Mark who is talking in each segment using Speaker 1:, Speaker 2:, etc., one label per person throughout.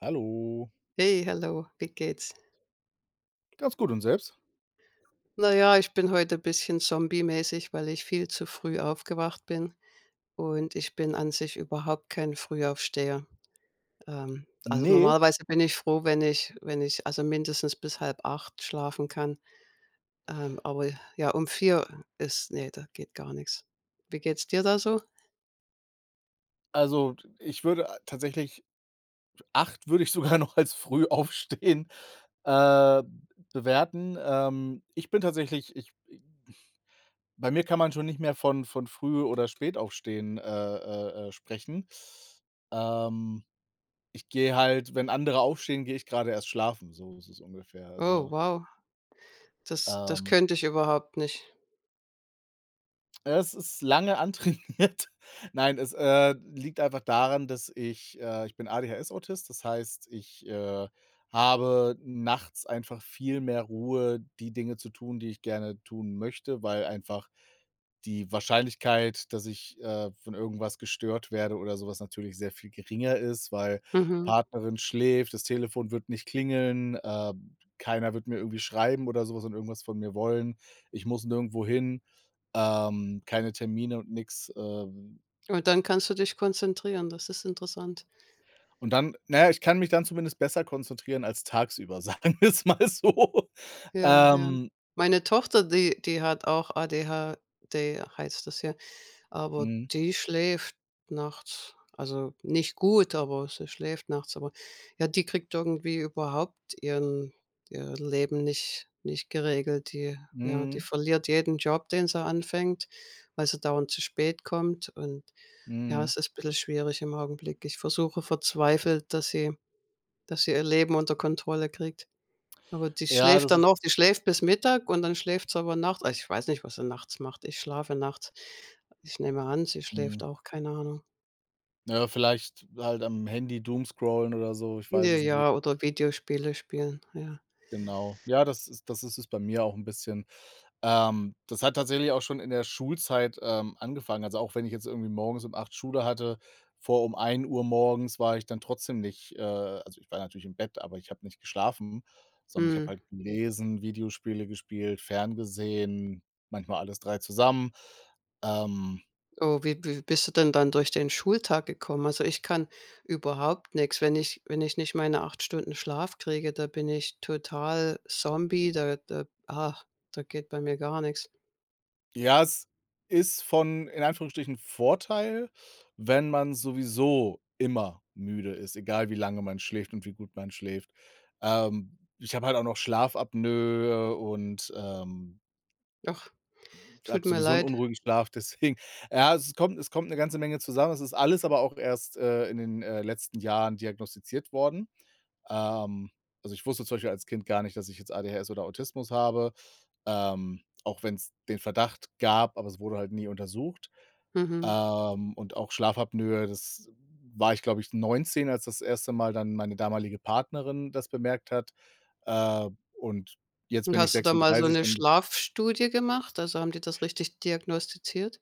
Speaker 1: Hallo.
Speaker 2: Hey, hallo, wie geht's?
Speaker 1: Ganz gut und selbst?
Speaker 2: Na ja, ich bin heute ein bisschen zombiemäßig, weil ich viel zu früh aufgewacht bin und ich bin an sich überhaupt kein Frühaufsteher. Also,
Speaker 1: Ne,
Speaker 2: normalerweise bin ich froh, wenn ich wenn ich also mindestens bis halb acht schlafen kann, aber ja, um 4 ist nee, da geht gar nichts. Wie geht's dir da so?
Speaker 1: also ich würde tatsächlich 8 würde ich sogar noch als Frühaufstehen, äh, bewerten. Ich bin tatsächlich ich bei mir kann man schon nicht mehr von Früh oder Spätaufstehen, sprechen. Ähm, Ich gehe halt, wenn andere aufstehen, gehe ich gerade erst schlafen, so ist es ungefähr.
Speaker 2: Oh, wow, das
Speaker 1: Ähm
Speaker 2: könnte ich überhaupt nicht.
Speaker 1: Es ist lange antrainiert. Nein, es liegt einfach daran, dass ich bin ADHS-Autist, das heißt, ich habe nachts einfach viel mehr Ruhe, die Dinge zu tun, die ich gerne tun möchte, weil einfach die Wahrscheinlichkeit, dass ich von irgendwas gestört werde oder sowas natürlich sehr viel geringer ist, weil
Speaker 2: Mhm.
Speaker 1: Partnerin schläft, das Telefon wird nicht klingeln, keiner wird mir irgendwie schreiben oder sowas und irgendwas von mir wollen. Ich muss nirgendwo hin, keine Termine und nix.
Speaker 2: Und dann kannst du dich konzentrieren, das ist interessant.
Speaker 1: Und dann, naja, ich kann mich dann zumindest besser konzentrieren als tagsüber, sagen wir es mal so.
Speaker 2: Ja, ja.
Speaker 1: Ähm,
Speaker 2: Meine Tochter, die hat auch ADHD, heißt das ja, aber
Speaker 1: mhm,
Speaker 2: die schläft nachts. Also, nicht gut, aber sie schläft nachts. Aber ja, die kriegt irgendwie überhaupt ihren ihr Leben nicht geregelt. Die ja, die
Speaker 1: mhm,
Speaker 2: verliert jeden Job, den sie anfängt, weil sie dauernd zu spät kommt und ja,
Speaker 1: mhm.
Speaker 2: es ist ein bisschen schwierig im Augenblick. Ich versuche verzweifelt, dass sie ihr Leben unter Kontrolle kriegt. Aber die
Speaker 1: Ja,
Speaker 2: schläft
Speaker 1: das
Speaker 2: dann
Speaker 1: ist
Speaker 2: noch die schläft bis Mittag und dann schläft sie aber nachts. Also, ich weiß nicht, was sie nachts macht. Ich schlafe nachts. Ich nehme an, sie
Speaker 1: mhm.
Speaker 2: schläft auch, keine Ahnung.
Speaker 1: Ja, vielleicht halt am Handy doomscrollen oder so, ich weiß
Speaker 2: Ne,
Speaker 1: es nicht mehr
Speaker 2: ja, oder Videospiele spielen, ja.
Speaker 1: genau. Ja, das ist es bei mir auch 'n bisschen. Das hat tatsächlich auch schon in der Schulzeit, angefangen. Also, auch wenn ich jetzt irgendwie morgens um 8 Schule hatte, vor um 1 Uhr morgens war ich dann trotzdem nicht Also, ich war natürlich im Bett, aber ich habe nicht geschlafen, sondern ich habe
Speaker 2: Mhm.
Speaker 1: halt gelesen, Videospiele gespielt, ferngesehen, manchmal alles 3 zusammen. Ähm
Speaker 2: Oh, wie bist du denn dann durch den Schultag gekommen? Also, ich kann überhaupt nichts. Wenn ich wenn ich nicht meine 8 Stunden Schlaf kriege, da bin ich total Zombie, da geht bei mir gar nichts.
Speaker 1: Ja, es ist von in Anführungsstrichen Vorteil, wenn man sowieso immer müde ist, egal wie lange man schläft und wie gut man schläft. Ich habe halt auch noch Schlafapnoe und,
Speaker 2: Ach, tut
Speaker 1: habe
Speaker 2: mir
Speaker 1: sowieso einen
Speaker 2: leid.
Speaker 1: unruhigen Schlaf, deswegen ja, es kommt eine ganze Menge zusammen. Es ist alles aber auch erst, in den, letzten Jahren diagnostiziert worden. Ähm, also, ich wusste zum Beispiel als Kind gar nicht, dass ich jetzt ADHS oder Autismus habe, auch wenn es den Verdacht gab, aber es wurde halt nie untersucht.
Speaker 2: Mhm.
Speaker 1: Und auch Schlafapnoe, das war ich, glaube ich, 19, als das erste Mal dann meine damalige Partnerin das bemerkt hat. Äh, und jetzt
Speaker 2: Und
Speaker 1: bin ich
Speaker 2: hast du da mal so
Speaker 1: 36
Speaker 2: 'ne
Speaker 1: und
Speaker 2: Schlafstudie gemacht? Also, haben die das richtig diagnostiziert?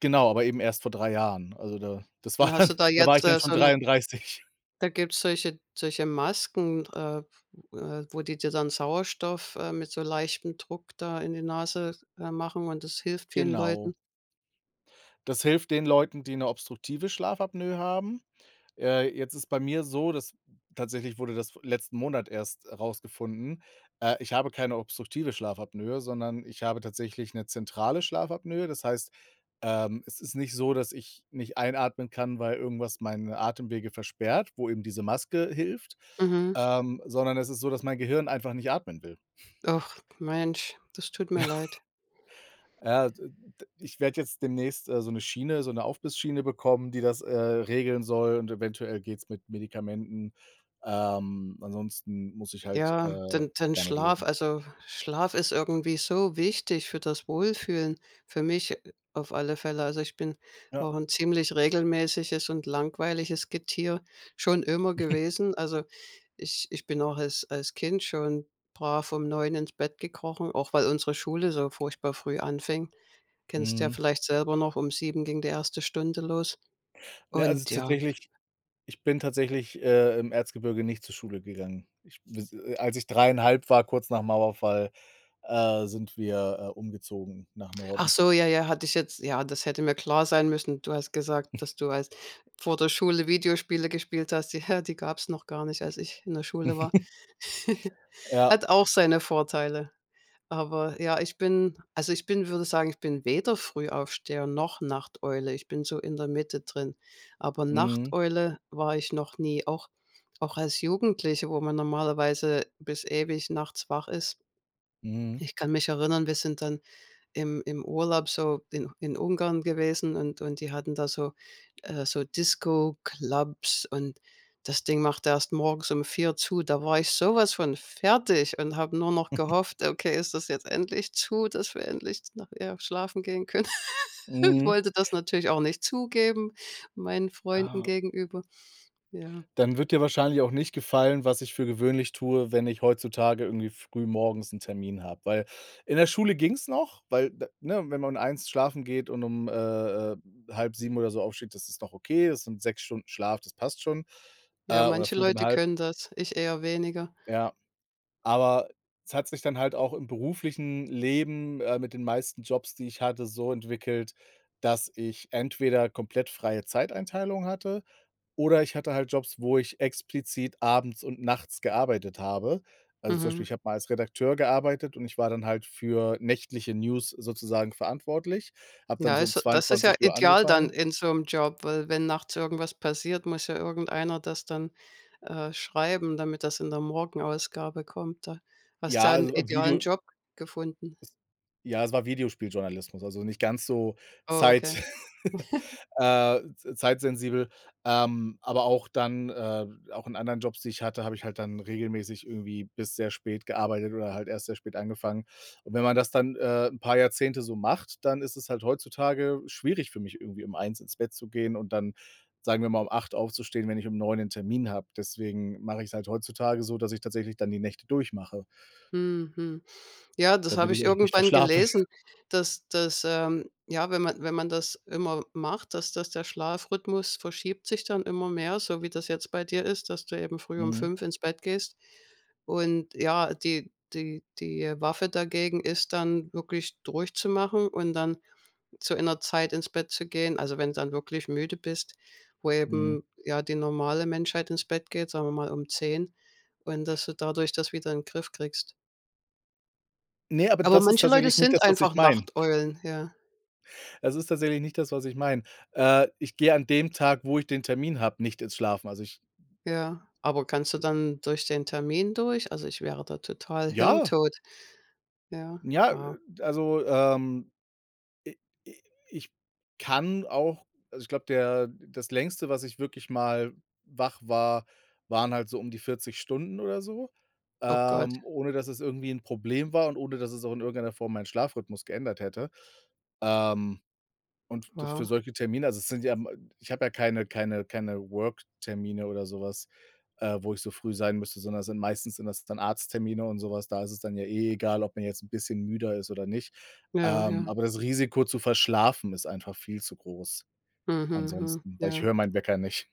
Speaker 1: genau, aber eben erst vor 3 Jahren. Also, da das
Speaker 2: Und
Speaker 1: war
Speaker 2: hast
Speaker 1: dann
Speaker 2: du da
Speaker 1: da war ich
Speaker 2: jetzt,
Speaker 1: dann schon
Speaker 2: so 'ne
Speaker 1: 33.
Speaker 2: da gibt's solche Masken, wo die dir dann Sauerstoff, mit so leichtem Druck da in die Nase, machen, und das hilft vielen Leuten.
Speaker 1: Genau. Das hilft den Leuten, die eine obstruktive Schlafapnoe haben. Jetzt ist bei mir so, dass tatsächlich wurde das letzten Monat erst rausgefunden. Ich habe keine obstruktive Schlafapnoe, sondern ich habe tatsächlich eine zentrale Schlafapnoe. Das heißt, es ist nicht so, dass ich nicht einatmen kann, weil irgendwas meine Atemwege versperrt, wo eben diese Maske hilft,
Speaker 2: Mhm.
Speaker 1: sondern es ist so, dass mein Gehirn einfach nicht atmen will.
Speaker 2: Och, Mensch, das tut mir leid.
Speaker 1: Ja, d d ich werde jetzt demnächst, so eine Schiene so eine Aufbissschiene bekommen, die das, regeln soll und eventuell geht's mit Medikamenten. Ansonsten muss ich halt,
Speaker 2: Ja, denn
Speaker 1: damit
Speaker 2: Schlaf,
Speaker 1: leben.
Speaker 2: also, Schlaf ist irgendwie so wichtig für das Wohlfühlen, für mich auf alle Fälle. Also, ich bin
Speaker 1: Ja.
Speaker 2: auch ein ziemlich regelmäßiges und langweiliges Getier schon immer gewesen. Also, ich bin auch als Kind schon brav um 9 ins Bett gekrochen, auch weil unsere Schule so furchtbar früh anfing. Kennst ja
Speaker 1: Mhm.
Speaker 2: vielleicht selber noch, um 7 ging die erste Stunde los
Speaker 1: Ne, also
Speaker 2: und ja.
Speaker 1: tatsächlich ich bin tatsächlich, im Erzgebirge nicht zur Schule gegangen. Ich bis Als ich dreieinhalb war, kurz nach Mauerfall, sind wir, umgezogen nach
Speaker 2: Ach
Speaker 1: Norden.
Speaker 2: so, ja, ja, hatte ich jetzt ja, das hätte mir klar sein müssen. Du hast gesagt, dass du als vor der Schule Videospiele gespielt hast. Die die gab es noch gar nicht, als ich in der Schule war.
Speaker 1: Ja.
Speaker 2: Hat auch seine Vorteile. Aber ja, ich bin also, ich bin würde sagen, ich bin weder Frühaufsteher noch Nachteule. Ich bin so in der Mitte drin. Aber
Speaker 1: Mhm.
Speaker 2: Nachteule war ich noch nie. Auch auch als Jugendliche, wo man normalerweise bis ewig nachts wach ist.
Speaker 1: Mhm.
Speaker 2: Ich kann mich erinnern, wir sind dann im Urlaub so in Ungarn gewesen, und die hatten da so so Disco-Clubs, und das Ding macht erst morgens um 4 zu. Da war ich sowas von fertig und habe nur noch gehofft: „Okay, ist das jetzt endlich zu, dass wir endlich nachher schlafen gehen können?“ Und
Speaker 1: Mhm.
Speaker 2: wollte das natürlich auch nicht zugeben meinen Freunden
Speaker 1: Ja.
Speaker 2: gegenüber. Ja,
Speaker 1: Dann wird dir wahrscheinlich auch nicht gefallen, was ich für gewöhnlich tue, wenn ich heutzutage irgendwie früh morgens einen Termin habe, weil in der Schule ging's noch, weil d ne, wenn man um eins schlafen geht und um, äh, 6:30 oder so aufsteht, das ist noch okay. Das sind 6 Stunden Schlaf, das passt schon,
Speaker 2: ja,
Speaker 1: oder
Speaker 2: manche Leute
Speaker 1: fünfeinhalb.
Speaker 2: können das, ich eher weniger.
Speaker 1: Ja. Aber es hat sich dann halt auch im beruflichen Leben, mit den meisten Jobs, die ich hatte, so entwickelt, dass ich entweder komplett freie Zeiteinteilung hatte oder ich hatte halt Jobs, wo ich explizit abends und nachts gearbeitet habe. Also, zum Beispiel,
Speaker 2: Mhm.
Speaker 1: ich habe mal als Redakteur gearbeitet und ich war dann halt für nächtliche News sozusagen verantwortlich, habe dann
Speaker 2: Ja,
Speaker 1: so um
Speaker 2: ist das ist ja
Speaker 1: 22 Uhr
Speaker 2: ideal dann
Speaker 1: angefangen.
Speaker 2: in so 'm Job, weil wenn nachts irgendwas passiert, muss ja irgendeiner das dann, schreiben, damit das in der Morgenausgabe kommt. Da hast du
Speaker 1: Ja,
Speaker 2: ja 'n
Speaker 1: also,
Speaker 2: idealen
Speaker 1: Video
Speaker 2: Job gefunden.
Speaker 1: ja, es war Videospieljournalismus, also nicht ganz so
Speaker 2: Oh, okay.
Speaker 1: zeit äh, zeitsensibel. Aber auch dann auch in anderen Jobs, die ich hatte, habe ich halt dann regelmäßig irgendwie bis sehr spät gearbeitet oder halt erst sehr spät angefangen. Und wenn man das dann, 'n paar Jahrzehnte so macht, dann ist es halt heutzutage schwierig für mich, irgendwie um eins ins Bett zu gehen und dann, sagen wir mal, um acht aufzustehen, wenn ich um neun einen Termin habe. Deswegen mache ich es halt heutzutage so, dass ich tatsächlich dann die Nächte durchmache,
Speaker 2: Mhm. Ja, das habe
Speaker 1: damit ich
Speaker 2: ich
Speaker 1: auch nicht
Speaker 2: irgendwann
Speaker 1: verschlafe.
Speaker 2: gelesen, dass das ja, wenn man wenn man das immer macht, dass dass der Schlafrhythmus verschiebt sich dann immer mehr, so wie das jetzt bei dir ist, dass du eben früh um
Speaker 1: Mhm,
Speaker 2: 5 ins Bett gehst. Und ja, die Waffe dagegen ist dann wirklich durchzumachen und dann zu einer Zeit ins Bett zu gehen. Also, wenn du dann wirklich müde bist, wo
Speaker 1: mhm.
Speaker 2: eben, ja, die normale Menschheit ins Bett geht, sagen wir mal um 10, und dass du dadurch das wieder in den Griff kriegst.
Speaker 1: Ne, aber
Speaker 2: Aber
Speaker 1: das ist
Speaker 2: manche Leute
Speaker 1: tatsächlich nicht
Speaker 2: sind
Speaker 1: das, was ich
Speaker 2: einfach
Speaker 1: meine.
Speaker 2: Nachteulen, ja,
Speaker 1: Es ist tatsächlich nicht das, was ich meine. Ich gehe an dem Tag, wo ich den Termin habe, nicht ins Schlafen. Also, ich
Speaker 2: ja. Aber kannst du dann durch den Termin durch? Also, ich wäre da total
Speaker 1: Ja,
Speaker 2: hirntot. Ja,
Speaker 1: ja,
Speaker 2: wow.
Speaker 1: also, i i ich kann auch, also, ich glaube, der das Längste, was ich wirklich mal wach war, waren halt so um die 40 Stunden oder so,
Speaker 2: Oh Gott,
Speaker 1: ohne dass es irgendwie 'n Problem war und ohne dass es auch in irgendeiner Form meinen Schlafrhythmus geändert hätte. Ähm Und das für
Speaker 2: wow.
Speaker 1: solche Termine, also, es sind ja ich habe ja keine Work-Termine oder sowas, wo ich so früh sein müsste, sondern es sind meistens sind das dann Arzttermine und sowas. Da ist es dann ja eh egal, ob man jetzt ein bisschen müder ist oder nicht.
Speaker 2: Ja, ja.
Speaker 1: Aber das Risiko zu verschlafen ist einfach viel zu groß
Speaker 2: Mhm, mhm,
Speaker 1: ansonsten, weil ich
Speaker 2: ja.
Speaker 1: höre meinen Wecker nicht.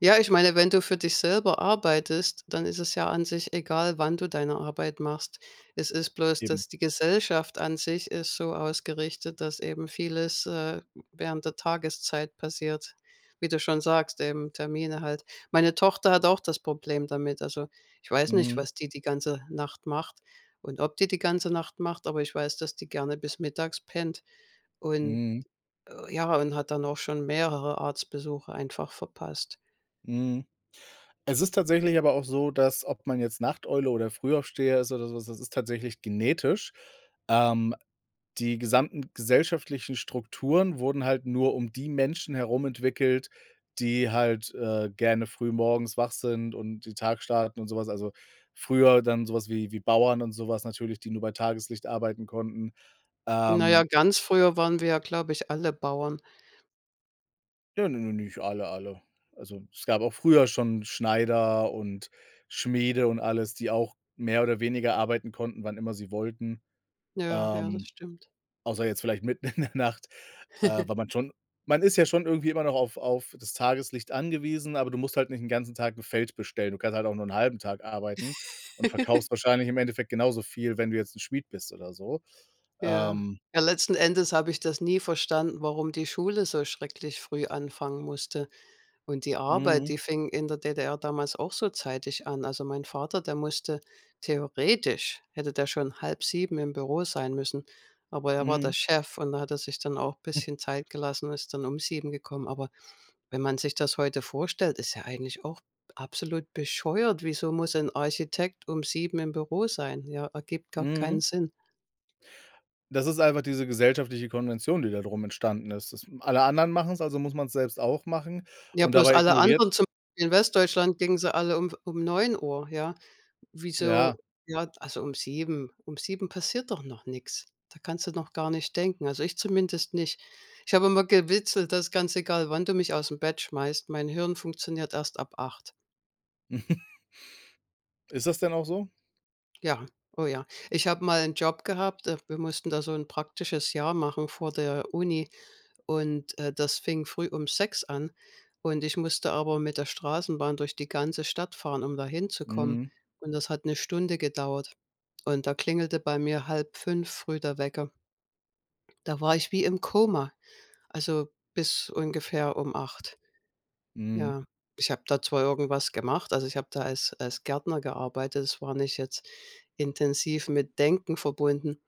Speaker 2: Ja, ich meine, wenn du für dich selber arbeitest, dann ist es ja an sich egal, wann du deine Arbeit machst. Es ist bloß,
Speaker 1: Eben.
Speaker 2: dass die Gesellschaft an sich ist so ausgerichtet, dass eben vieles, während der Tageszeit passiert. Wie du schon sagst, eben Termine halt. Meine Tochter hat auch das Problem damit. Also, ich weiß nicht,
Speaker 1: Mhm,
Speaker 2: was die die ganze Nacht macht und ob die die ganze Nacht macht, aber ich weiß, dass die gerne bis mittags pennt und,
Speaker 1: mhm,
Speaker 2: ja, und hat dann auch schon mehrere Arztbesuche einfach verpasst.
Speaker 1: mhm. Es ist tatsächlich aber auch so, dass, ob man jetzt Nachteule oder Frühaufsteher ist oder sowas, das ist tatsächlich genetisch. Ähm Die gesamten gesellschaftlichen Strukturen wurden halt nur um die Menschen herum entwickelt, die halt, gerne früh morgens wach sind und die Tag starten und sowas. Also, früher dann sowas wie Bauern und sowas natürlich, die nur bei Tageslicht arbeiten konnten.
Speaker 2: Na ja,
Speaker 1: Ähm,
Speaker 2: ganz früher waren wir ja, glaube ich, alle Bauern.
Speaker 1: ja, ne, ne, nicht alle, alle. Also, es gab auch früher schon Schneider und Schmiede und alles, die auch mehr oder weniger arbeiten konnten, wann immer sie wollten,
Speaker 2: Ja, ja, das
Speaker 1: ähm,
Speaker 2: stimmt.
Speaker 1: außer jetzt vielleicht mitten in der Nacht. Weil man schon man ist ja schon irgendwie immer noch auf das Tageslicht angewiesen, aber du musst halt nicht 'n ganzen Tag 'n Feld bestellen. Du kannst halt auch nur 'n halben Tag arbeiten und verkaufst wahrscheinlich im Endeffekt genauso viel, wenn du jetzt 'n Schmied bist oder so.
Speaker 2: Ja.
Speaker 1: Ähm,
Speaker 2: Ja, letzten Endes habe ich das nie verstanden, warum die Schule so schrecklich früh anfangen musste. Und die Arbeit,
Speaker 1: mhm,
Speaker 2: die fing in der DDR damals auch so zeitig an. Also, mein Vater, der musste theoretisch hätte der schon halb sieben im Büro sein müssen, aber er war der
Speaker 1: mhm,
Speaker 2: Chef und da hat er sich dann auch ein bisschen Zeit gelassen und ist dann um 7 gekommen. Aber wenn man sich das heute vorstellt, ist ja eigentlich auch absolut bescheuert. Wieso muss ein Architekt um 7 im Büro sein? Ja, ergibt gar keinen
Speaker 1: mhm.
Speaker 2: Sinn.
Speaker 1: Das ist einfach diese gesellschaftliche Konvention, die da drum entstanden ist. Das alle anderen machen's, also muss man's selbst auch machen
Speaker 2: Ja,
Speaker 1: und
Speaker 2: bloß
Speaker 1: dabei
Speaker 2: alle
Speaker 1: ignoriert
Speaker 2: anderen zum Beispiel in Westdeutschland gingen sie alle um neun Uhr. Ja. Wieso
Speaker 1: ja.
Speaker 2: ja, also um 7. Um 7 passiert doch noch nichts. Da kannst du noch gar nicht denken, also ich zumindest nicht. Ich habe immer gewitzelt, dass ganz egal, wann du mich aus dem Bett schmeißt, mein Hirn funktioniert erst ab 8.
Speaker 1: Ist das denn auch so?
Speaker 2: Ja, oh ja. Ich habe mal einen Job gehabt, wir mussten da so ein praktisches Jahr machen vor der Uni und, das fing früh um sechs an, und ich musste aber mit der Straßenbahn durch die ganze Stadt fahren, um da hinzukommen,
Speaker 1: Mhm,
Speaker 2: und das hat eine Stunde gedauert, und da klingelte bei mir halb fünf früh der Wecker. Da war ich wie im Koma, also, bis ungefähr um acht.
Speaker 1: mhm,
Speaker 2: Ja. Ich habe da zwar irgendwas gemacht, also, ich habe da als Gärtner gearbeitet, es war nicht jetzt intensiv mit Denken verbunden,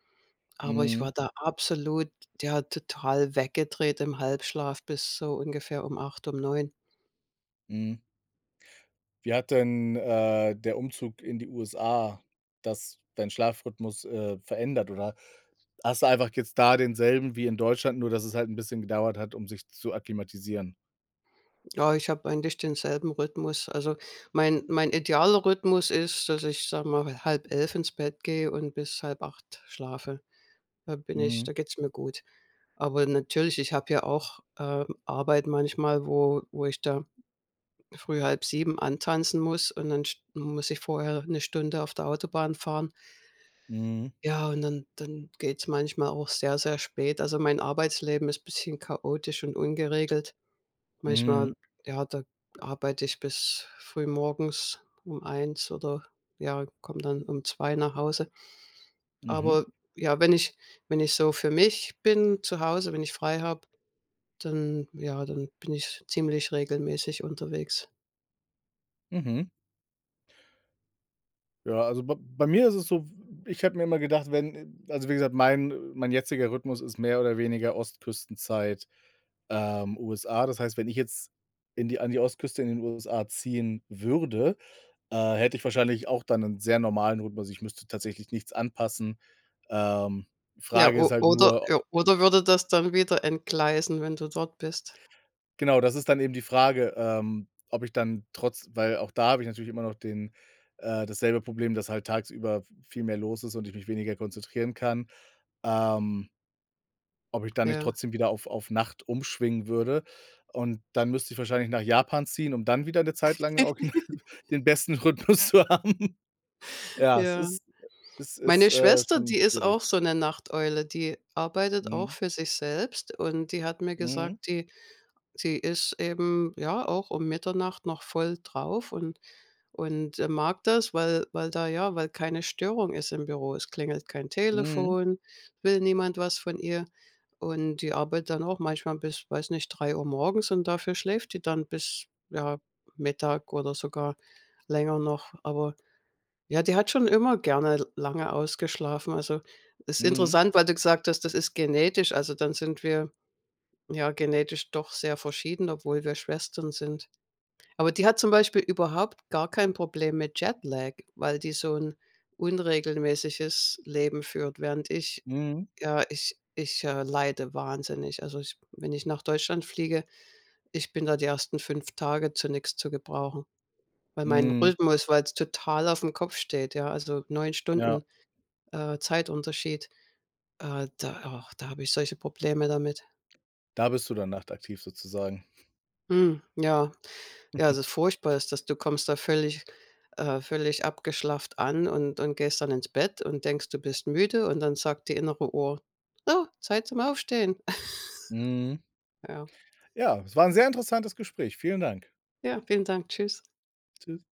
Speaker 2: aber ich
Speaker 1: mhm,
Speaker 2: war da absolut ja, total weggedreht im Halbschlaf bis so ungefähr um 8, um 9.
Speaker 1: mhm. Wie hat denn, der Umzug in die USA das deinen Schlafrhythmus, verändert? Oder hast du einfach jetzt da denselben wie in Deutschland, nur dass es halt ein bisschen gedauert hat, um sich zu akklimatisieren?
Speaker 2: Ja, ich habe eigentlich denselben Rhythmus. Also, mein idealer Rhythmus ist, dass ich, sag mal, halb 11 ins Bett gehe und bis halb 8 schlafe. Da bin ich
Speaker 1: Mhm,
Speaker 2: da geht's mir gut. Aber natürlich, ich habe ja auch, Arbeit manchmal, wo wo ich da früh halb 7 antanzen muss und dann st muss ich vorher eine Stunde auf der Autobahn fahren.
Speaker 1: mhm,
Speaker 2: Ja, und dann geht's manchmal auch sehr, sehr spät. Also, mein Arbeitsleben ist bisschen chaotisch und ungeregelt.
Speaker 1: mhm,
Speaker 2: Manchmal, ja, da arbeite ich bis früh morgens um eins oder, ja, komme dann um zwei nach Hause.
Speaker 1: mhm,
Speaker 2: Aber ja, wenn ich wenn ich so für mich bin zu Hause, wenn ich frei habe, dann ja, dann bin ich ziemlich regelmäßig unterwegs.
Speaker 1: mhm. Ja, also b Bei mir ist es so, ich habe mir immer gedacht, wenn also, wie gesagt, mein jetziger Rhythmus ist mehr oder weniger Ostküstenzeit, USA. Das heißt, wenn ich jetzt in die an die Ostküste in den USA ziehen würde, hätte ich wahrscheinlich auch dann 'nen sehr normalen Rhythmus. Also, ich müsste tatsächlich nichts anpassen. Ähm,
Speaker 2: Ja,
Speaker 1: Frage ist
Speaker 2: o
Speaker 1: halt
Speaker 2: oder
Speaker 1: nur
Speaker 2: ja, oder würde das dann wieder entgleisen, wenn du dort bist?
Speaker 1: genau, das ist dann eben die Frage, ob ich dann trotz, weil auch da habe ich natürlich immer noch den dasselbe Problem, dass halt tagsüber v viel mehr los ist und ich mich weniger konzentrieren kann, ähm, ob ich dann nicht
Speaker 2: Ja,
Speaker 1: trotzdem wieder auf Nacht umschwingen würde. Und dann müsste ich wahrscheinlich nach Japan ziehen, um dann wieder 'ne Zeit lang original den besten Rhythmus zu haben. Ja,
Speaker 2: ja.
Speaker 1: es ist,
Speaker 2: Meine Schwester,
Speaker 1: schon
Speaker 2: die ist
Speaker 1: schwierig.
Speaker 2: auch so eine Nachteule, die arbeitet auch
Speaker 1: Mhm.
Speaker 2: für sich selbst, und die hat mir
Speaker 1: Mhm.
Speaker 2: gesagt, die ist eben, ja, auch um Mitternacht noch voll drauf, und mag das, weil weil da ja weil keine Störung ist im Büro. Es klingelt kein
Speaker 1: Mhm.
Speaker 2: Telefon, will niemand was von ihr, und die arbeitet dann auch manchmal bis, weiß nicht, 3 Uhr morgens, und dafür schläft die dann bis, ja, Mittag oder sogar länger noch. Aber ja, die hat schon immer gerne lange ausgeschlafen. Also, ist
Speaker 1: Mhm.
Speaker 2: interessant, weil du gesagt hast, das ist genetisch. Also, dann sind wir ja genetisch doch sehr verschieden, obwohl wir Schwestern sind. Aber die hat zum Beispiel überhaupt gar kein Problem mit Jetlag, weil die so ein unregelmäßiges Leben führt, während ich
Speaker 1: Mhm.
Speaker 2: ja, ich leide wahnsinnig. Also, ich wenn ich nach Deutschland fliege, ich bin da die ersten 5 Tage zu nix zu gebrauchen, weil mein
Speaker 1: Mhm.
Speaker 2: Rhythmus weil es total auf dem Kopf steht, ja, also neun
Speaker 1: Ja,
Speaker 2: Stunden Zeitunterschied. Da da habe ich solche Probleme damit.
Speaker 1: da bist du dann nachtaktiv sozusagen.
Speaker 2: Mhm, ja. Ja, also furchtbar ist dass du kommst da völlig völlig abgeschlafft an und gehst dann ins Bett und denkst, du bist müde, und dann sagt die innere Uhr: „So, Zeit zum Aufstehen.“
Speaker 1: Mhm.
Speaker 2: Ja.
Speaker 1: Ja, es war ein sehr interessantes Gespräch. Vielen Dank.
Speaker 2: Ja, vielen Dank. Tschüss.
Speaker 1: Tschüss.